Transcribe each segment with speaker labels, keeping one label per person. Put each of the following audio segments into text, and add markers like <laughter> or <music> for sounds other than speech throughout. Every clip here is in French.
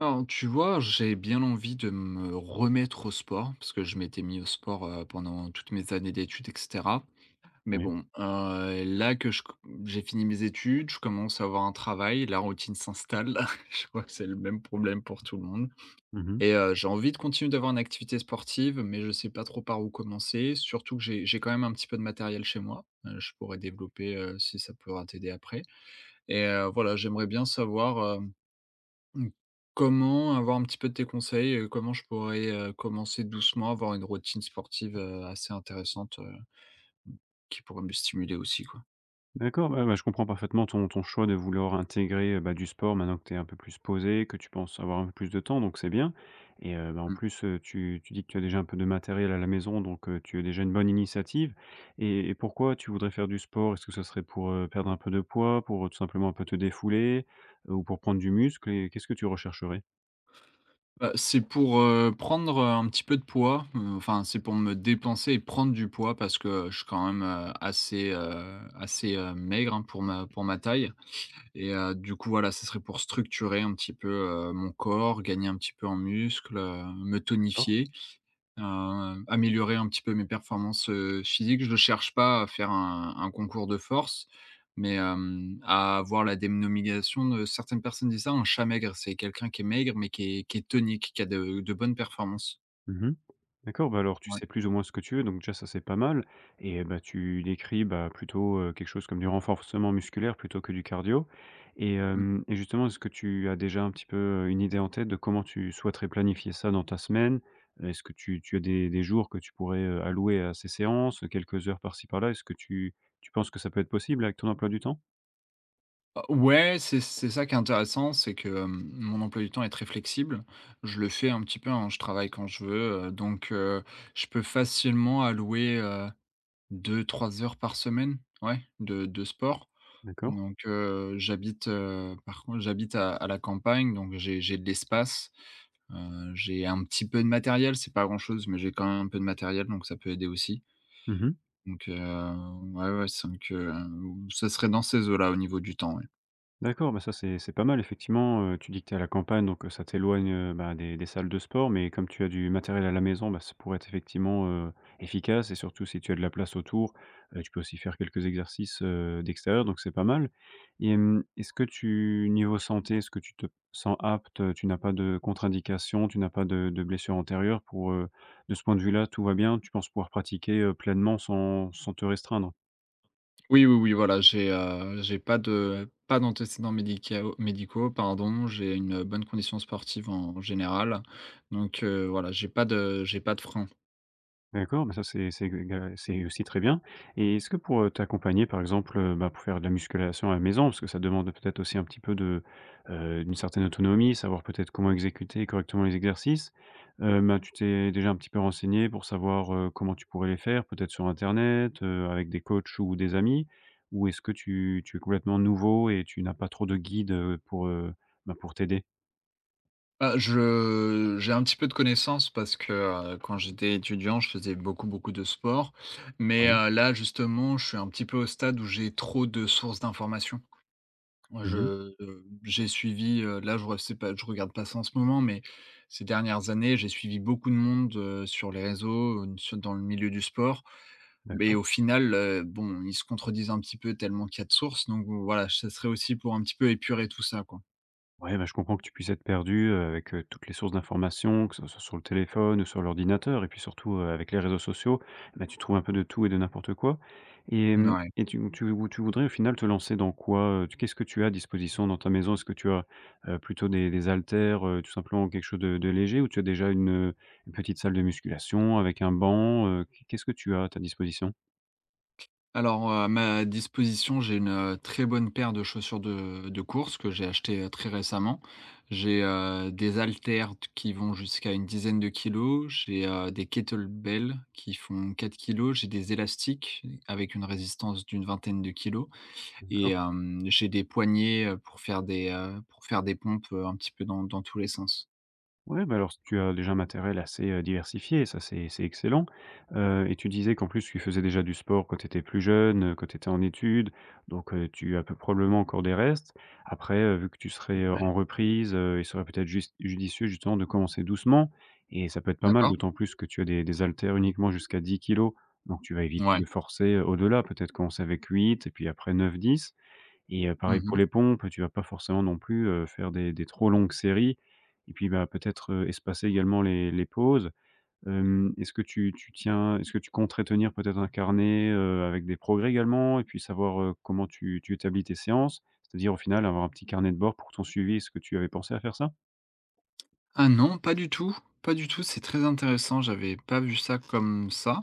Speaker 1: Alors, tu vois, j'ai bien envie de me remettre au sport, parce que je m'étais mis au sport, pendant toutes mes années d'études et cetera. Mais
Speaker 2: Oui.
Speaker 1: bon, là que je co j'ai fini mes études, je commence à avoir un travail, la routine s'installe. <laughs> Je crois que c'est le même problème pour tout le monde
Speaker 2: Mmh.
Speaker 1: et j'ai envie de continuer d'avoir une activité sportive, mais je sais pas trop par où commencer. Surtout que j'ai quand même un petit peu de matériel chez moi, je pourrais développer, si ça pourra t'aider après et voilà, j'aimerais bien savoir, mmh, comment avoir un petit peu de tes conseils, comment je pourrais, commencer doucement, avoir une routine sportive, assez intéressante, mmh, qui pourrait me stimuler aussi, quoi?
Speaker 2: D'accord, bah, je comprends parfaitement ton choix de vouloir intégrer, bah, du sport maintenant que tu es un peu plus posé, que tu penses avoir un peu plus de temps, donc c'est bien et bah, en
Speaker 1: Mmh.
Speaker 2: plus, tu dis que tu as déjà un peu de matériel à la maison, donc tu as déjà une bonne initiative et pourquoi tu voudrais faire du sport? Est-ce que ce serait pour, perdre un peu de poids, pour, tout simplement un peu te défouler, ou pour prendre du muscle et qu'est-ce que tu rechercherais?
Speaker 1: Bah, c'est pour, prendre, un petit peu de poids, enfin, c'est pour me dépenser et prendre du poids parce que, je suis quand même, assez, maigre, hein, pour ma taille et du coup, voilà, ce serait pour structurer un petit peu, mon corps, gagner un petit peu en muscle, me
Speaker 2: D'accord.
Speaker 1: tonifier. Améliorer un petit peu mes performances, physiques. Je ne cherche pas à faire un concours de force, mais, à avoir la dénomination de certaines personnes disent ça, un chat maigre, c'est quelqu'un qui est maigre, mais qui est tonique, qui a de bonnes performances.
Speaker 2: Mmh. D'accord, bah, alors tu
Speaker 1: Ouais,
Speaker 2: sais plus ou moins ce que tu veux, donc déjà ça c'est pas mal et bah, tu décris, bah, plutôt, quelque chose comme du renforcement musculaire plutôt que du cardio et
Speaker 1: mmh.
Speaker 2: hem et justement est-ce que tu as déjà un petit peu, une idée en tête de comment tu souhaiterais planifier ça dans ta semaine? Est-ce que tu as des jours que tu pourrais, allouer à ces séances, quelques heures par-ci par-là? Est-ce que tu penses que ça peut être possible avec ton emploi du temps?
Speaker 1: Ah ouais, c'est ça qui est intéressant, c'est que, mon emploi du temps est très flexible. Je le fais un petit peu, hein, je travaille quand je veux, donc, je peux facilement allouer, 2-3 heures par semaine, ouais, de sport.
Speaker 2: D'accord.
Speaker 1: Donc, j'habite, par contre j'habite à la campagne, donc j'ai de l'espace. J'ai un petit peu de matériel, c'est pas grand-chose, mais j'ai quand même un peu de matériel, donc ça peut aider aussi.
Speaker 2: Mmh.
Speaker 1: Donc, heu, ouais, ouais, c'est donc, heu, Ça serait dans ces eaux-là au niveau du temps, ouais.
Speaker 2: D'accord, bah, ça c'est pas mal effectivement, tu dis que tu es à la campagne donc ça t'éloigne, bah, des salles de sport mais comme tu as du matériel à la maison, bah, ça pourrait être effectivement, efficace et surtout si tu as de la place autour, tu peux aussi faire quelques exercices, d'extérieur donc c'est pas mal et est-ce que tu niveau santé, est-ce que tu te sens apte, tu n'as pas de contre-indication, tu n'as pas de blessures antérieures pour, de ce point de vue-là, tout va bien? Tu penses pouvoir pratiquer, pleinement sans te restreindre?
Speaker 1: Oui, oui, oui, voilà, j'ai pas de pas d'antécédents médicaux, pardon. J'ai une bonne condition sportive en général, donc, voilà, j'ai pas de frein.
Speaker 2: D'accord, bah, ça c'est aussi très bien et est-ce que pour, t'accompagner par exemple, bah, pour faire de la musculation à la maison, parce que ça demande peut-être aussi un petit peu de, d'une certaine autonomie, savoir peut-être comment exécuter correctement les exercices, bah, tu t'es déjà un petit peu renseigné pour savoir, comment tu pourrais les faire? Peut-être sur internet, avec des coachs ou des amis? Ou est-ce que tu es complètement nouveau et tu n'as pas trop de guide, pour, bah, pour t'aider?
Speaker 1: Bah, je j'ai un petit peu de connaissances parce que, quand j'étais étudiant, je faisais beaucoup, beaucoup de sport. Mais,
Speaker 2: Oui.
Speaker 1: là, justement, je suis un petit peu au stade où j'ai trop de sources d'informations. Moi, je
Speaker 2: Mmh.
Speaker 1: j'ai suivi, là, je re c'est pas je regarde pas ça en ce moment, mais ces dernières années, j'ai suivi beaucoup de monde, sur les réseaux, sur dans le milieu du sport. Mais
Speaker 2: D'accord.
Speaker 1: au final, bon, ils se contredisent un petit peu tellement qu'il y a de sources. Donc voilà, ça serait aussi pour un petit peu épurer tout ça, quoi.
Speaker 2: Ouais, bah, je comprends que tu puisses être perdu, avec, toutes les sources d'informations, que ce soit sur le téléphone ou sur l'ordinateur et puis surtout, avec les réseaux sociaux, bah, tu trouves un peu de tout et de n'importe quoi et hem
Speaker 1: Ouais.
Speaker 2: et tu voudrais au final te lancer dans quoi, Tu Qu'est-ce que tu as à disposition dans ta maison? Est-ce que tu as, plutôt des haltères, tout simplement quelque chose de léger ou tu as déjà une petite salle de musculation avec un banc, Qu'est-ce que tu as à ta disposition?
Speaker 1: Alors, à ma disposition, j'ai une, très bonne paire de chaussures de course que j'ai achetées, très récemment. J'ai, des haltères t qui vont jusqu'à une dizaine de kilos. J'ai, des kettlebells qui font 4 kilos. J'ai des élastiques avec une résistance d'une vingtaine de kilos et
Speaker 2: D'accord.
Speaker 1: j'ai des poignées, pour faire des pompes, un petit peu dans tous les sens.
Speaker 2: Ouais, bah, alors s tu as déjà un matériel assez, diversifié, ça c'est excellent, et tu disais qu'en plus tu faisais déjà du sport quand tu étais plus jeune, quand tu étais en études, donc tu as peu probablement encore des restes. Après, vu que tu serais,
Speaker 1: Ouais.
Speaker 2: en reprise, il serait peut-être juste judicieux justement de commencer doucement et ça peut être pas mal,
Speaker 1: D'accord.
Speaker 2: d'autant plus que tu as des haltères uniquement jusqu'à 10 kilos, donc tu vas éviter
Speaker 1: Ouais.
Speaker 2: de forcer, au-delà, peut-être commencer avec 8, et puis après neuf, dix. Et pareil pour
Speaker 1: Mmh.
Speaker 2: les pompes, tu vas pas forcément non plus, faire des trop longues séries et puis, bah, peut-être, espacer également les pauses. Est-ce que tu compterais tenir peut-être un carnet, avec des progrès également et puis savoir, comment tu établis tes séances? C'est-à-dire au final avoir un petit carnet de bord pour ton suivi, est-ce que tu avais pensé à faire ça?
Speaker 1: Ah non, pas du tout, pas du tout, c'est très intéressant, j'avais pas vu ça comme ça,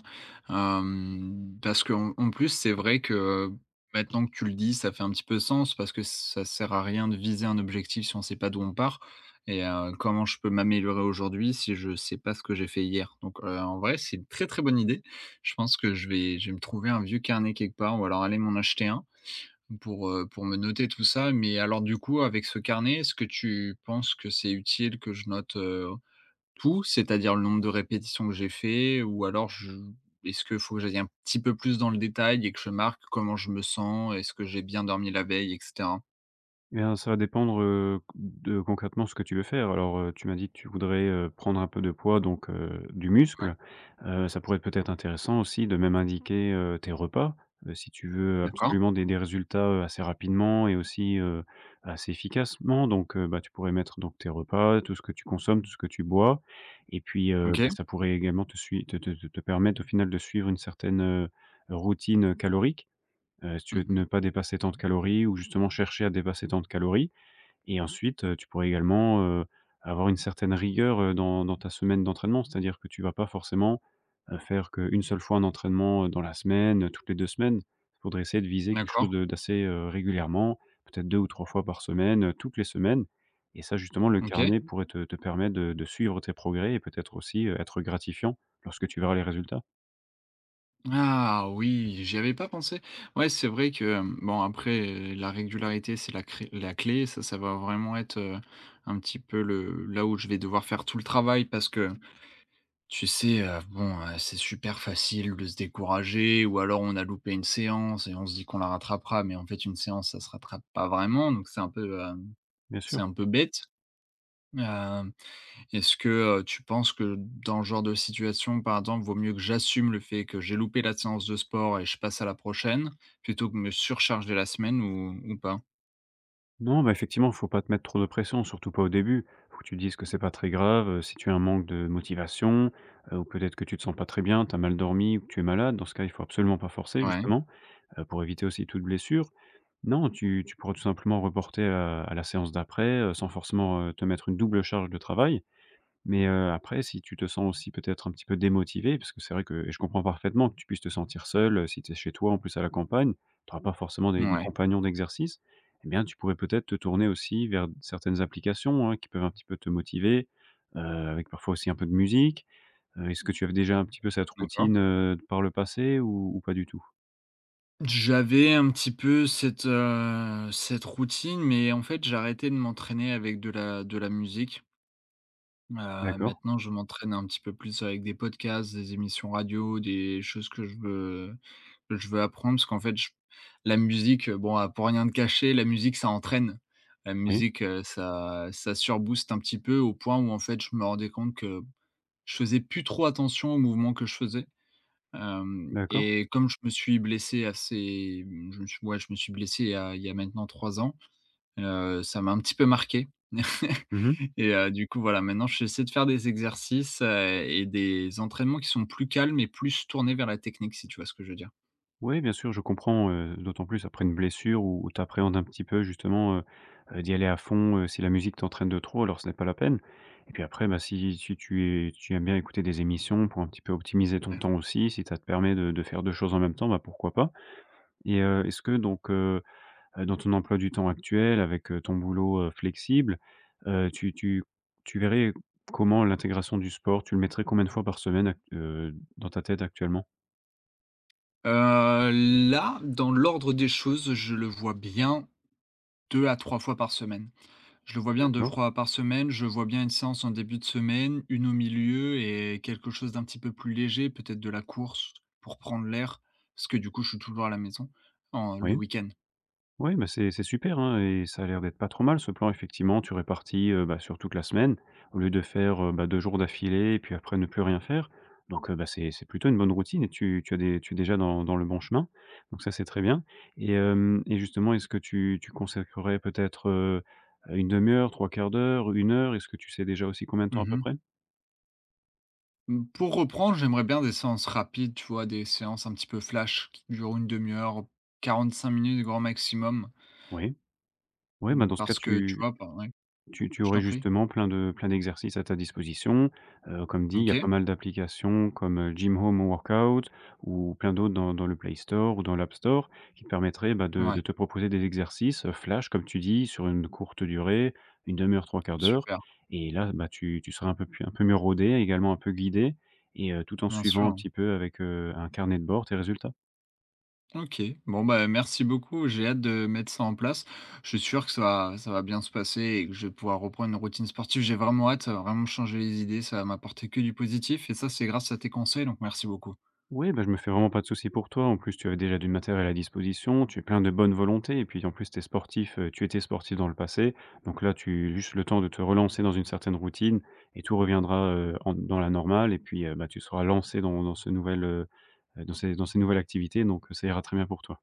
Speaker 1: parce qu'en en plus, c'est vrai que, maintenant que tu le dis, ça fait un petit peu sens parce que ça sert à rien de viser un objectif si on sait pas d'où on part et comment je peux m'améliorer aujourd'hui si je sais pas ce que j'ai fait hier? Donc, en vrai, c'est une très, très bonne idée. Je pense que je vais me trouver un vieux carnet quelque part ou alors aller m'en acheter un pour me noter tout ça, mais alors du coup avec ce carnet, est-ce que tu penses que c'est utile que je note, tout? C'est-à-dire le nombre de répétitions que j'ai fait ou alors je est-ce que faut que j'aille un petit peu plus dans le détail et que je marque comment je me sens? Est-ce que j'ai bien dormi la veille et cetera?
Speaker 2: Eh bien, ça va dépendre, de concrètement ce que tu veux faire. Alors, tu m'as dit que tu voudrais, prendre un peu de poids, donc, du muscle. Ça pourrait être peut-être intéressant aussi de même indiquer, tes repas, si tu veux Mmh.
Speaker 1: D'accord.
Speaker 2: absolument des résultats, assez rapidement et aussi, assez efficacement. Donc, bah, tu pourrais mettre donc tes repas, tout ce que tu consommes, tout ce que tu bois et puis,
Speaker 1: OK.
Speaker 2: bah, ça pourrait également te sui te te te te permettre au final de suivre une certaine, routine, calorique. Si tu veux
Speaker 1: Mmh.
Speaker 2: ne pas dépasser tant de calories ou justement chercher à dépasser tant de calories et ensuite, tu pourrais également, avoir une certaine rigueur, dans ta semaine d'entraînement. C'est-à-dire que tu vas pas forcément, faire qu'une seule fois un entraînement, dans la semaine, toutes les 2 semaines. Il faudrait essayer de viser quelque
Speaker 1: D'accord.
Speaker 2: chose de d'assez, régulièrement, peut-être 2 ou 3 fois par semaine, toutes les semaines et ça justement le
Speaker 1: OK.
Speaker 2: carnet pourrait te permettre de suivre tes progrès et peut-être aussi, être gratifiant lorsque tu verras les résultats,
Speaker 1: Ah oui, j'y avais pas pensé. Ouais, c'est vrai que, bon après la régularité, c'est la clé. Ça va vraiment être, un petit peu le là où je vais devoir faire tout le travail parce que tu sais, bon, c'est super facile de se décourager ou alors on a loupé une séance et on se dit qu'on la rattrapera, mais en fait une séance, ça se rattrape pas vraiment, donc c'est un peu,
Speaker 2: bien
Speaker 1: c'est
Speaker 2: sûr.
Speaker 1: un peu bête. Hem Est-ce que, tu penses que dans ce genre de situation, par exemple, vaut mieux que j'assume le fait que j'ai loupé la séance de sport et je passe à la prochaine, plutôt que me surcharger la semaine ou pas?
Speaker 2: Non, bah, effectivement, faut pas te mettre trop de pression, surtout pas au début. Faut que tu te dises que c'est pas très grave, si tu as un manque de motivation, ou peut-être que tu te sens pas très bien, tu as mal dormi ou que tu es malade. Dans ce cas, il faut absolument pas forcer
Speaker 1: Ouais,
Speaker 2: justement, pour éviter aussi toute blessure. Non, tu pourrais tout simplement reporter à la séance d'après, sans forcément, te mettre une double charge de travail. Mais, après si tu te sens aussi peut-être un petit peu démotivé, parce que c'est vrai que et je comprends parfaitement que tu puisses te sentir seul, si tu es chez toi en plus à la campagne, tu auras pas forcément des
Speaker 1: ouais,
Speaker 2: compagnons d'exercice. Eh bien tu pourrais peut-être te tourner aussi vers certaines applications, hein, qui peuvent un petit peu te motiver, avec parfois aussi un peu de musique. Est-ce que tu avais déjà un petit peu cette
Speaker 1: d'accord.
Speaker 2: routine, par le passé ou pas du tout?
Speaker 1: J'avais un petit peu cette, cette routine, mais en fait, j'arrêtais de m'entraîner avec de la musique.
Speaker 2: D'accord,
Speaker 1: Maintenant, je m'entraîne un petit peu plus avec des podcasts, des émissions radio, des choses que je veux apprendre parce qu'en fait, je la musique, bon, à pour rien de cacher, la musique, ça entraîne. La
Speaker 2: oui,
Speaker 1: musique, ça surbooste un petit peu au point où, en fait, je me rendais compte que je faisais plus trop attention aux mouvements que je faisais, hem
Speaker 2: d'accord.
Speaker 1: et comme je me suis blessé assez, je me suis blessé il y a maintenant 3 ans, ça m'a un petit peu marqué. <laughs>
Speaker 2: Mmh.
Speaker 1: Et du coup, voilà, maintenant j'essaie de faire des exercices, et des entraînements qui sont plus calmes et plus tournés vers la technique, si tu vois ce que je veux dire?
Speaker 2: Oui, bien sûr, je comprends, d'autant plus après une blessure où où tu appréhendes un petit peu justement, d'y aller à fond, si la musique t'entraîne de trop, alors ce n'est pas la peine et puis après, bah, si si tu es tu aimes bien écouter des émissions pour un petit peu optimiser ton
Speaker 1: Ouais.
Speaker 2: temps aussi, si ça te permet de faire 2 choses en même temps, bah, pourquoi pas et est-ce que donc, dans ton emploi du temps actuel avec, ton boulot, flexible, heu, tu tu tu verrais comment l'intégration du sport? Tu le mettrais combien de fois par semaine ac dans ta tête actuellement?
Speaker 1: Heu, Là, dans l'ordre des choses, je le vois bien 2 à 3 fois par semaine. Je le vois bien 2
Speaker 2: D'accord,
Speaker 1: fois par semaine, je vois bien une séance en début de semaine, une au milieu et quelque chose d'un petit peu plus léger, peut-être de la course pour prendre l'air, parce que du coup, je suis toujours à la maison, en le
Speaker 2: oui.
Speaker 1: week-end.
Speaker 2: Oui, bah, c'est super, hein, et ça a l'air d'être pas trop mal ce plan effectivement. Tu répartis, bah, sur toute la semaine au lieu de faire, bah, 2 jours d'affilée et puis après ne plus rien faire. Donc, bah, c'est plutôt une bonne routine et tu tu as des tu es déjà dans le bon chemin. Donc ça, c'est très bien et hem et justement, est-ce que tu consacrerais peut-être, 1 heure, trois quarts d'heure, une heure? Est-ce que tu sais déjà aussi combien de temps à peu
Speaker 1: Mmh.
Speaker 2: près?
Speaker 1: Mmh, pour reprendre, j'aimerais bien des séances rapides, tu vois? Des séances un petit peu flash qui durent une demi heure, 45 minutes grand maximum.
Speaker 2: Oui. Oui, bah,
Speaker 1: Mmh,
Speaker 2: dans ce cas,
Speaker 1: parce que tu
Speaker 2: tu
Speaker 1: vois? Bah, ouais,
Speaker 2: tu
Speaker 1: je
Speaker 2: aurais
Speaker 1: t'en prie.
Speaker 2: justement plein de plein d'exercices à ta disposition. Comme dit, il y a pas
Speaker 1: OK.
Speaker 2: mal d'applications comme, Gym Home Workout ou plein d'autres dans le Play Store ou dans l'App Store qui te permettraient, bah, de
Speaker 1: Ouais,
Speaker 2: de te proposer des exercices, flash comme tu dis, sur une courte durée, une demi heure, trois quarts d'heure
Speaker 1: super,
Speaker 2: et là, bah, tu seras un peu plus un peu mieux rodé, également un peu guidé et tout en
Speaker 1: bien
Speaker 2: suivant un
Speaker 1: sûr.
Speaker 2: petit peu avec, un carnet de bord tes résultats.
Speaker 1: OK. Bon, bah, merci beaucoup, j'ai hâte de mettre ça en place. Je suis sûr que ça va bien se passer et que je vais pouvoir reprendre une routine sportive. J'ai vraiment hâte, ça va vraiment changer les idées, ça va m'apporter que du positif et ça, c'est grâce à tes conseils, donc merci beaucoup.
Speaker 2: Oui, bah, je me fais vraiment pas de soucis pour toi. En plus, tu avais déjà du matériel à disposition, tu es plein de bonne volonté et puis en plus, t'es sportif, tu étais sportif dans le passé. Donc là, tu as juste le temps de te relancer dans une certaine routine et tout reviendra, en dans la normale et puis, bah, tu seras lancé dans ce nouvel, dans ces nouvelles activités donc ça ira très bien pour toi.